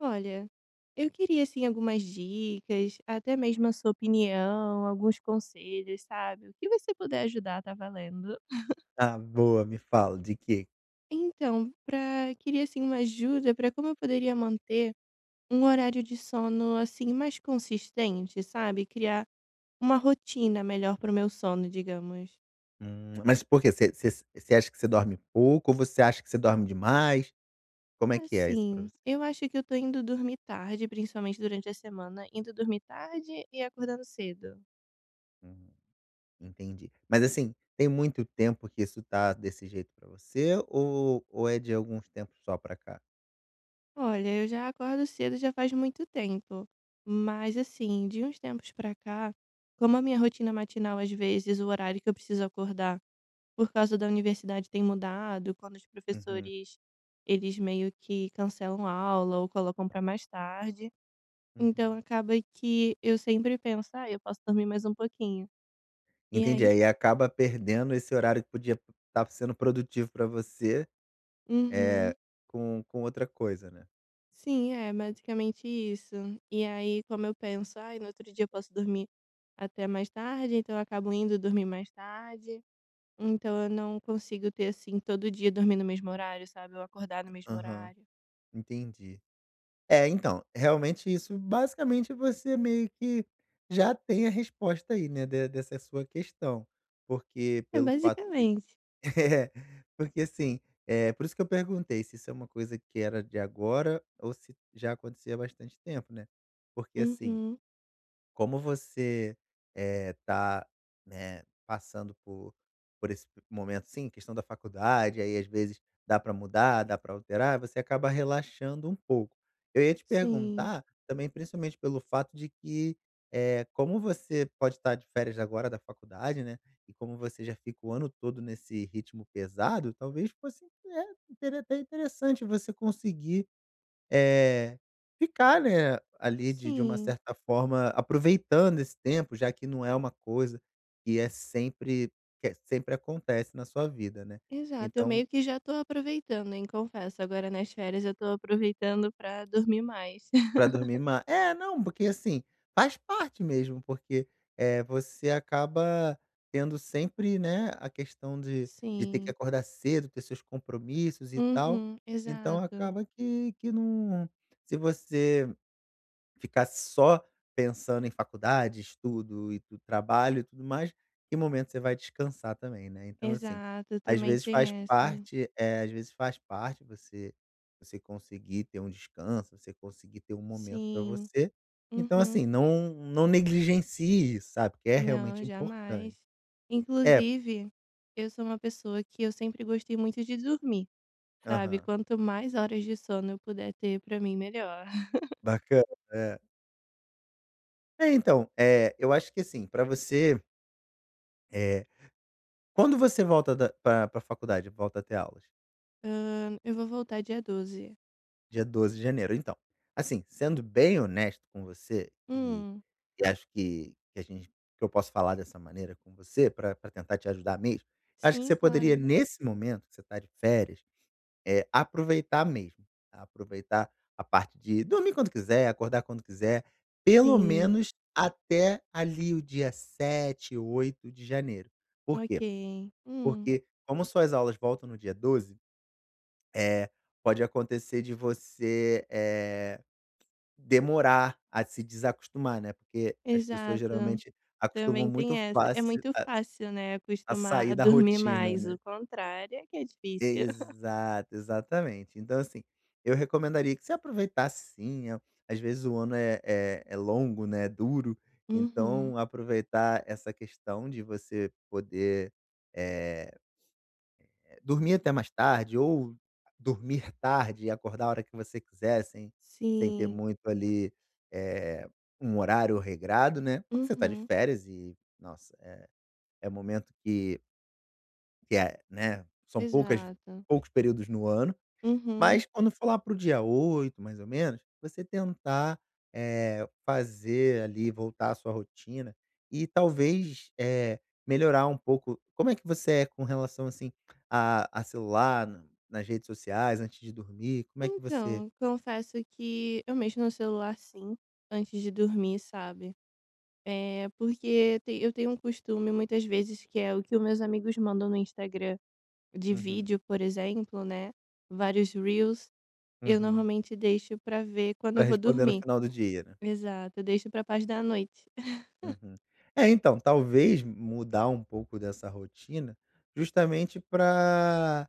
Olha, eu queria assim algumas dicas, até mesmo a sua opinião, alguns conselhos, sabe? O que você puder ajudar, tá valendo. Ah, boa, me fala, de quê? Então, pra queria assim uma ajuda para como eu poderia manter um horário de sono assim mais consistente, sabe? Criar uma rotina melhor pro meu sono, digamos. Mas por quê? Você acha que você dorme pouco ou você acha que você dorme demais? Como é que é isso pra Assim, você? eu acho que eu tô indo dormir tarde, principalmente durante a semana, indo dormir tarde e acordando cedo. Hum, Entendi. Mas assim, tem muito tempo que isso tá desse jeito pra você ou é de alguns tempos só pra cá? Olha, eu já acordo cedo já faz muito tempo. Mas assim, de uns tempos pra cá, como a minha rotina matinal, às vezes, o horário que eu preciso acordar por causa da universidade tem mudado, quando os Uhum, professores eles meio que cancelam a aula ou colocam pra mais tarde. Então uhum. acaba que eu sempre penso, ah, eu posso dormir mais um pouquinho. E Entendi, aí? aí acaba perdendo esse horário que podia estar sendo produtivo pra você, Uhum. eh, com outra coisa, né? Sim, é basicamente isso. E aí, como eu penso: "Ai, no outro dia eu posso dormir até mais tarde", então eu acabo indo dormir mais tarde. Então eu não consigo ter, assim, todo dia dormir no mesmo horário, sabe, ou acordar no mesmo Aham, horário. entendi. É, então, realmente isso basicamente você meio que já tem a resposta aí, né, de dessa sua questão, porque É pelo fato de basicamente. é, porque assim, é por isso que eu perguntei se isso é uma coisa que era de agora ou se já acontecia há bastante tempo, né, porque assim Uhum. como você, está passando por esse momento, sim, questão da faculdade, aí às vezes dá para mudar, dá para alterar, você acaba relaxando um pouco. Eu ia te Sim, perguntar também, principalmente pelo fato de que, como você pode estar de férias agora da faculdade, né, e como você já fica o ano todo nesse ritmo pesado, talvez fosse, intere até interessante você conseguir é ficar, né, ali de uma sim. certa forma aproveitando esse tempo, já que não é uma coisa que é sempre sempre acontece na sua vida, né. Exato. Eu Então, meio que já tô aproveitando, hein, confesso. Agora nas férias eu tô aproveitando pra dormir mais. para dormir não, porque assim, faz parte mesmo, porque, você acaba tendo sempre, né, a questão de ter que Sim. acordar cedo, ter seus compromissos e tal, Uhum. então Exato, acaba que não se você ficar só pensando em faculdade, estudo e tu trabalho e tudo mais, que momento você vai descansar também, né. Então assim, exato. às Também vezes faz tem essa. parte às vezes faz parte você conseguir ter um descanso, você conseguir ter um momento para Sim. você. Então Uhum. assim, não negligencie isso, sabe, que é Não, realmente importante. jamais. É. Inclusive, eu sou uma pessoa que eu sempre gostei muito de dormir, sabe? Aham. Quanto mais horas de sono eu puder ter, pra mim, melhor. Bacana, é. É, então, eu acho que assim, para você, eh, quando você volta para a faculdade, volta a ter aulas? Eu vou voltar dia 12. Dia 12 de janeiro. Então, assim, sendo bem honesto com você, Hum, e acho que a gente que eu posso falar dessa maneira com você para tentar te ajudar mesmo, acho que sim, você poderia, claro. nesse momento que você está de férias, aproveitar mesmo, tá? aproveitar a parte de dormir quando quiser, acordar quando quiser, pelo Sim, menos até ali o dia 7, 8 de janeiro. Por quê? ok. Porque como suas aulas voltam no dia 12, eh, pode acontecer de você, demorar a se desacostumar, né, porque as pessoas Exato. geralmente acostumam Também tem muito essa. É fácil muito a fácil, né, acostumar a sair da dormir rotina, mais. né. O contrário é que é difícil. Exato, exatamente. Então, assim, eu recomendaria que você aproveitasse sim, a às vezes o ano é longo, né, é duro, Uhum. então aproveitar essa questão de você poder, eh dormir até mais tarde ou dormir tarde e acordar a hora que você quiser, sem ter Sim. muito ali, eh, um horário regrado, né, porque você tá de Uhum. férias e, nossa, é um momento que é, né, são poucas Exato. poucos períodos no ano, Uhum. mas quando for lá para o dia 8 mais ou menos, você tentar, fazer ali, voltar à sua rotina e talvez, melhorar um pouco como é que você é com relação, assim, a celular, na nas redes sociais, antes de dormir? Como é que você Então, confesso que eu mexo no celular sim, antes de dormir, sabe? É porque eu tenho um costume muitas vezes que é o que os meus amigos mandam no Instagram de uhum, vídeo, por exemplo, né? Vários reels, eu uhum. normalmente deixo pra ver quando Pra eu vou responder no dormir. final do dia, né. Exato, eu deixo pra parte da noite. Uhum. É, então, talvez mudar um pouco dessa rotina justamente para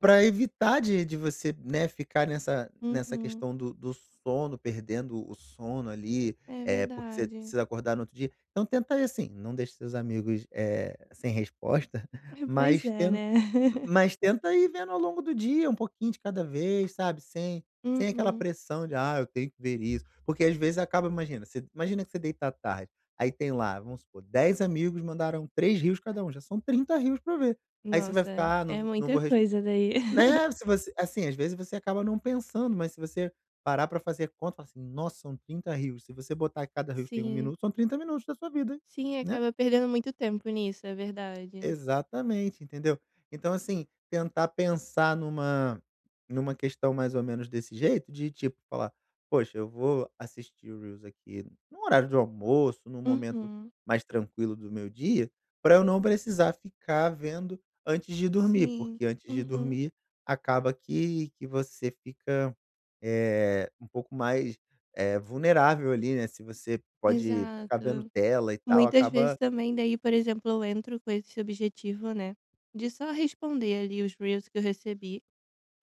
pra evitar de você, né, ficar nessa Uhum, questão do sono, perdendo o sono ali, é é porque você verdade. precisa acordar no outro dia. Então tenta aí assim, não deixe seus amigos, é sem resposta, Pois mas é, ten né? mas tenta ir vendo ao longo do dia, um pouquinho de cada vez, sabe, sem aquela Uhum. pressão de: "Ah, eu tenho que ver isso". Porque às vezes acaba imagina, você imagina que você deita à tarde, aí tem lá, vamos supor, 10 amigos mandaram 3 rios cada um, já são 30 rios pra ver. Aí você vai Nossa, ficar: "Ah, é não não muita vou", coisa daí. né, se você assim, às vezes você acaba não pensando, mas se você parar pra fazer conta, fala assim: "Nossa, são 30 rios". Se você botar que cada rio tem um Sim. minuto, são 30 minutos da sua vida, Sim, né? acaba perdendo muito tempo nisso, é verdade. Exatamente, entendeu? Então, assim, tentar pensar numa questão mais ou menos desse jeito, de tipo, falar: "Poxa, eu vou assistir o Reels aqui no horário de almoço, num momento Uhum. mais tranquilo do meu dia, para eu não precisar ficar vendo antes de dormir", Sim. porque antes de Uhum. dormir acaba que você fica, um pouco mais, vulnerável ali, né, se você pode ficar vendo Exato. tela e tal, Muitas vezes acaba também, daí, por exemplo, eu entro com esse objetivo, né? De só responder ali os reels que eu recebi.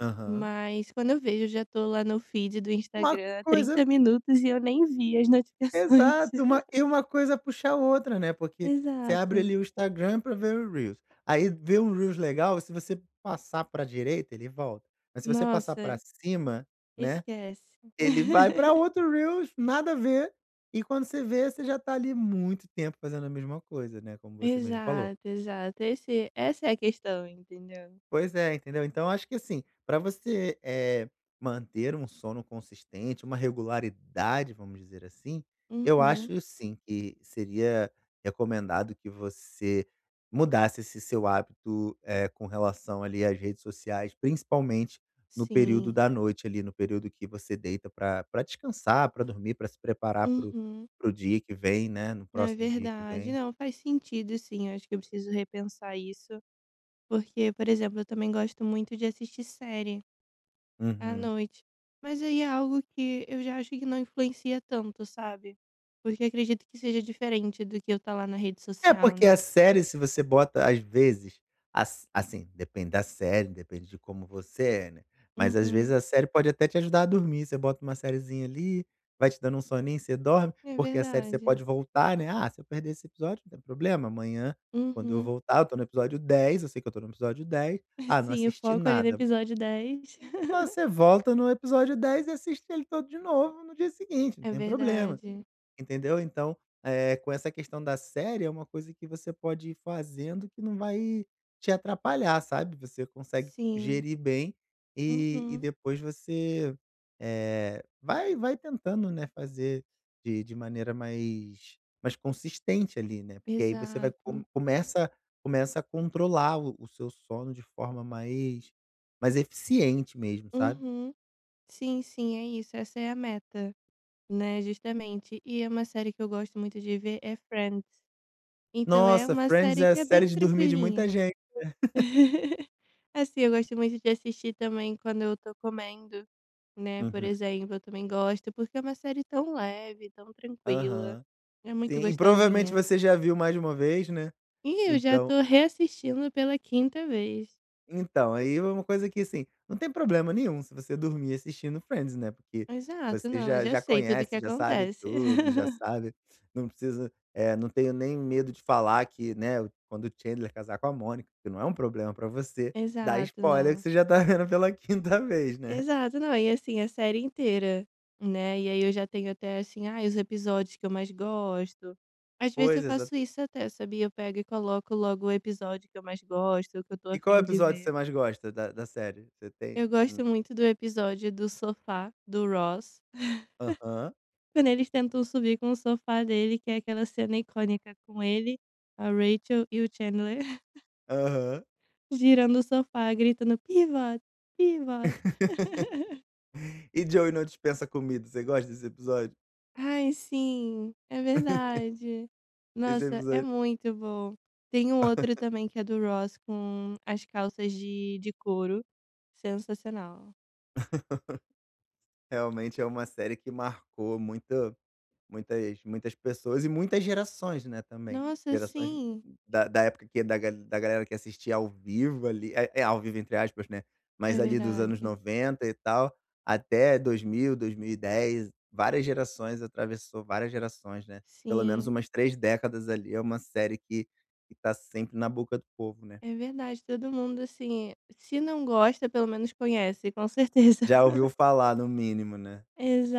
aham. Mas quando eu vejo, eu já tô lá no feed do Uma Instagram há coisa 30 minutos e eu nem vi as notificações. Exato, uma coisa puxa a outra, né, porque você Exato. abre ali o Instagram pra ver o Reels. Aí vê um Reels legal, se você passar pra direita, ele volta, mas se você passar pra Nossa, cima, né, esquece. ele vai pra outro Reels, nada a ver, e quando você vê, você já tá ali muito tempo fazendo a mesma coisa, né, como você mesmo falou. Exato, exato. Essa é a questão, entendeu? Pois é, entendeu? Então acho que assim, para você, manter um sono consistente, uma regularidade, vamos dizer assim, eu Uhum. acho sim que seria recomendado que você mudasse esse seu hábito, com relação ali às redes sociais, principalmente no período Sim. da noite ali, no período que você deita para pra descansar, para dormir, para se preparar Uhum. para o dia que vem, né, no Não, é próximo dia que verdade. vem. Não, faz sentido sim, eu acho que eu preciso repensar isso, porque, por exemplo, eu também gosto muito de assistir série à Uhum. noite, mas aí é algo que eu já acho que não influencia tanto, sabe. Porque acredito que seja diferente do que eu tá lá na rede É, social, porque a né. série se você bota às vezes, assim, depende da série, depende de como você é, né, mas às vezes Uhum. a série pode até te ajudar a dormir, você bota uma sériezinha ali, vai te dando um soninho, você dorme, É porque a série você verdade. pode voltar, né, "Ah, se eu perder esse episódio não tem problema, amanhã quando eu Uhum. voltar eu tô no episódio 10. Eu sei que eu tô no episódio 10. Ah, não Sim, o assisti foco ali no nada". episódio 10. Você volta no episódio 10, e assiste ele todo de novo no dia seguinte, não É tem problema. verdade. Entendeu? Então, com essa questão da série, é uma coisa que você pode ir fazendo que não vai te atrapalhar, sabe? Você consegue Sim. gerir bem e Uhum. depois você, vai tentando, né, fazer de maneira mais consistente ali, né, porque aí você vai com Exato. começa a controlar o seu sono de forma mais eficiente mesmo, sabe? Uhum. Sim, sim, é isso, essa é a meta, né, justamente. E é uma série que eu gosto muito de ver, é Friends. Então é Nossa, uma Friends série é que é série bem de dormir de muita tranquilinha. gente. Assim, eu gosto muito de assistir também quando eu tô comendo, né, por Uhum. exemplo, eu também gosto, porque é uma série tão leve, tão tranquila, Aham. é muito Sim, e provavelmente gostosinha. você já viu mais de uma vez, né. E eu já Então tô reassistindo pela quinta vez. então, aí é uma coisa que, assim, não tem problema nenhum se você dormir assistindo Friends, né, porque Exato, você não, eu já já sei tudo o que conhece, já sabe acontece. tudo, já sabe não precisa não tenho nem medo de falar que, né, quando o Chandler casar com a Mônica, que não é um problema pra você, dar Exato, spoiler que não. você já tá vendo pela quinta vez, né. Exato, não, e assim, a série inteira, né, e aí eu já tenho até assim, ai, os episódios que eu mais gosto. Às vezes eu Pois, exa faço isso até, sabia? Eu pego e coloco logo o episódio que eu mais gosto, o que eu tô E qual afim de episódio você ver. mais gosta da série? Você tem Eu hum. gosto muito do episódio do sofá do Ross, Aham, quando eles tentam subir com o sofá dele, que é aquela cena icônica com ele, a Rachel e o Chandler aham. girando o sofá, gritando pivot, pivot. E Joey não dispensa comida. Você gosta desse episódio? Ai, sim, é verdade. Esse Nossa, é episódio muito bom. Tem um outro também que é do Ross com as calças de couro. Sensacional. realmente é uma série que marcou muitas, muitas pessoas e muitas gerações, né, também. Nossa, Gerações sim, da época da galera que assistia ao vivo ali, ao vivo entre aspas, né? é Mas ali dos verdade. anos 90 e tal, até 2000, 2010, várias gerações, atravessou várias gerações, né? Pelo menos Sim, umas 3 décadas ali. É uma série que tá sempre na boca do povo, né? é verdade. Todo mundo, assim, se não gosta, pelo menos conhece, com certeza. Já ouviu falar, no mínimo, né?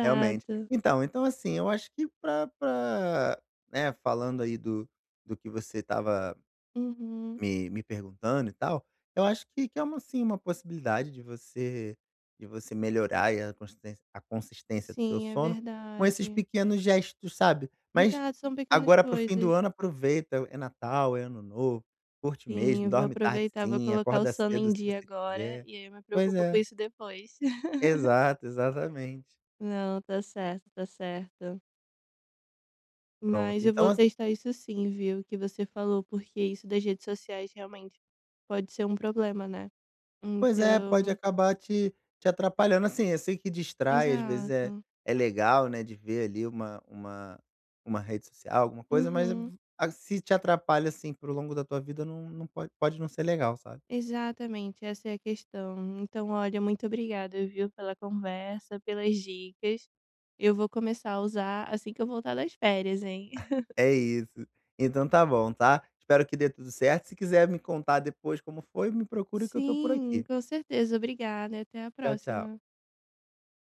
Realmente. Então, assim, eu acho que pra, né, falando aí do que você estava Uhum. Me perguntando e tal, eu acho que é uma, sim, uma possibilidade de você melhorar aí a consistência do seu Sim, é sono com esses verdade. pequenos gestos, sabe. Mas Exato, são pequenas agora pro fim do coisas. ano aproveita, é Natal, é Ano Novo, curte Sim, mesmo, eu vou dorme tarde aproveitar, vou sim, colocar o acorda sono cedo em se dia você agora quiser. e aí eu me Pois preocupo com é, isso depois. exato, exatamente. Não, tá certo, tá certo. Pronto, Mas eu então vou testar isso sim, viu, que você falou, porque isso das redes sociais realmente pode ser um problema, né. Pois é, pode Então acabar te atrapalhando. Assim, eu sei que distrai, às vezes exato. é legal, né, de ver ali uma rede social, alguma coisa, mas Uhum. a se te atrapalha, assim, para longo da tua vida, não pode não ser legal, sabe. Exatamente, essa é a questão. Então olha, muito obrigada, viu, pela conversa, pelas dicas. Eu vou começar a usar assim que eu voltar das férias, hein. É isso. Então tá bom, tá. Espero que dê tudo certo. Se quiser me contar depois como foi, me procura que eu tô por Sim, aqui. com certeza. Obrigada e até a Tchau, tchau. próxima.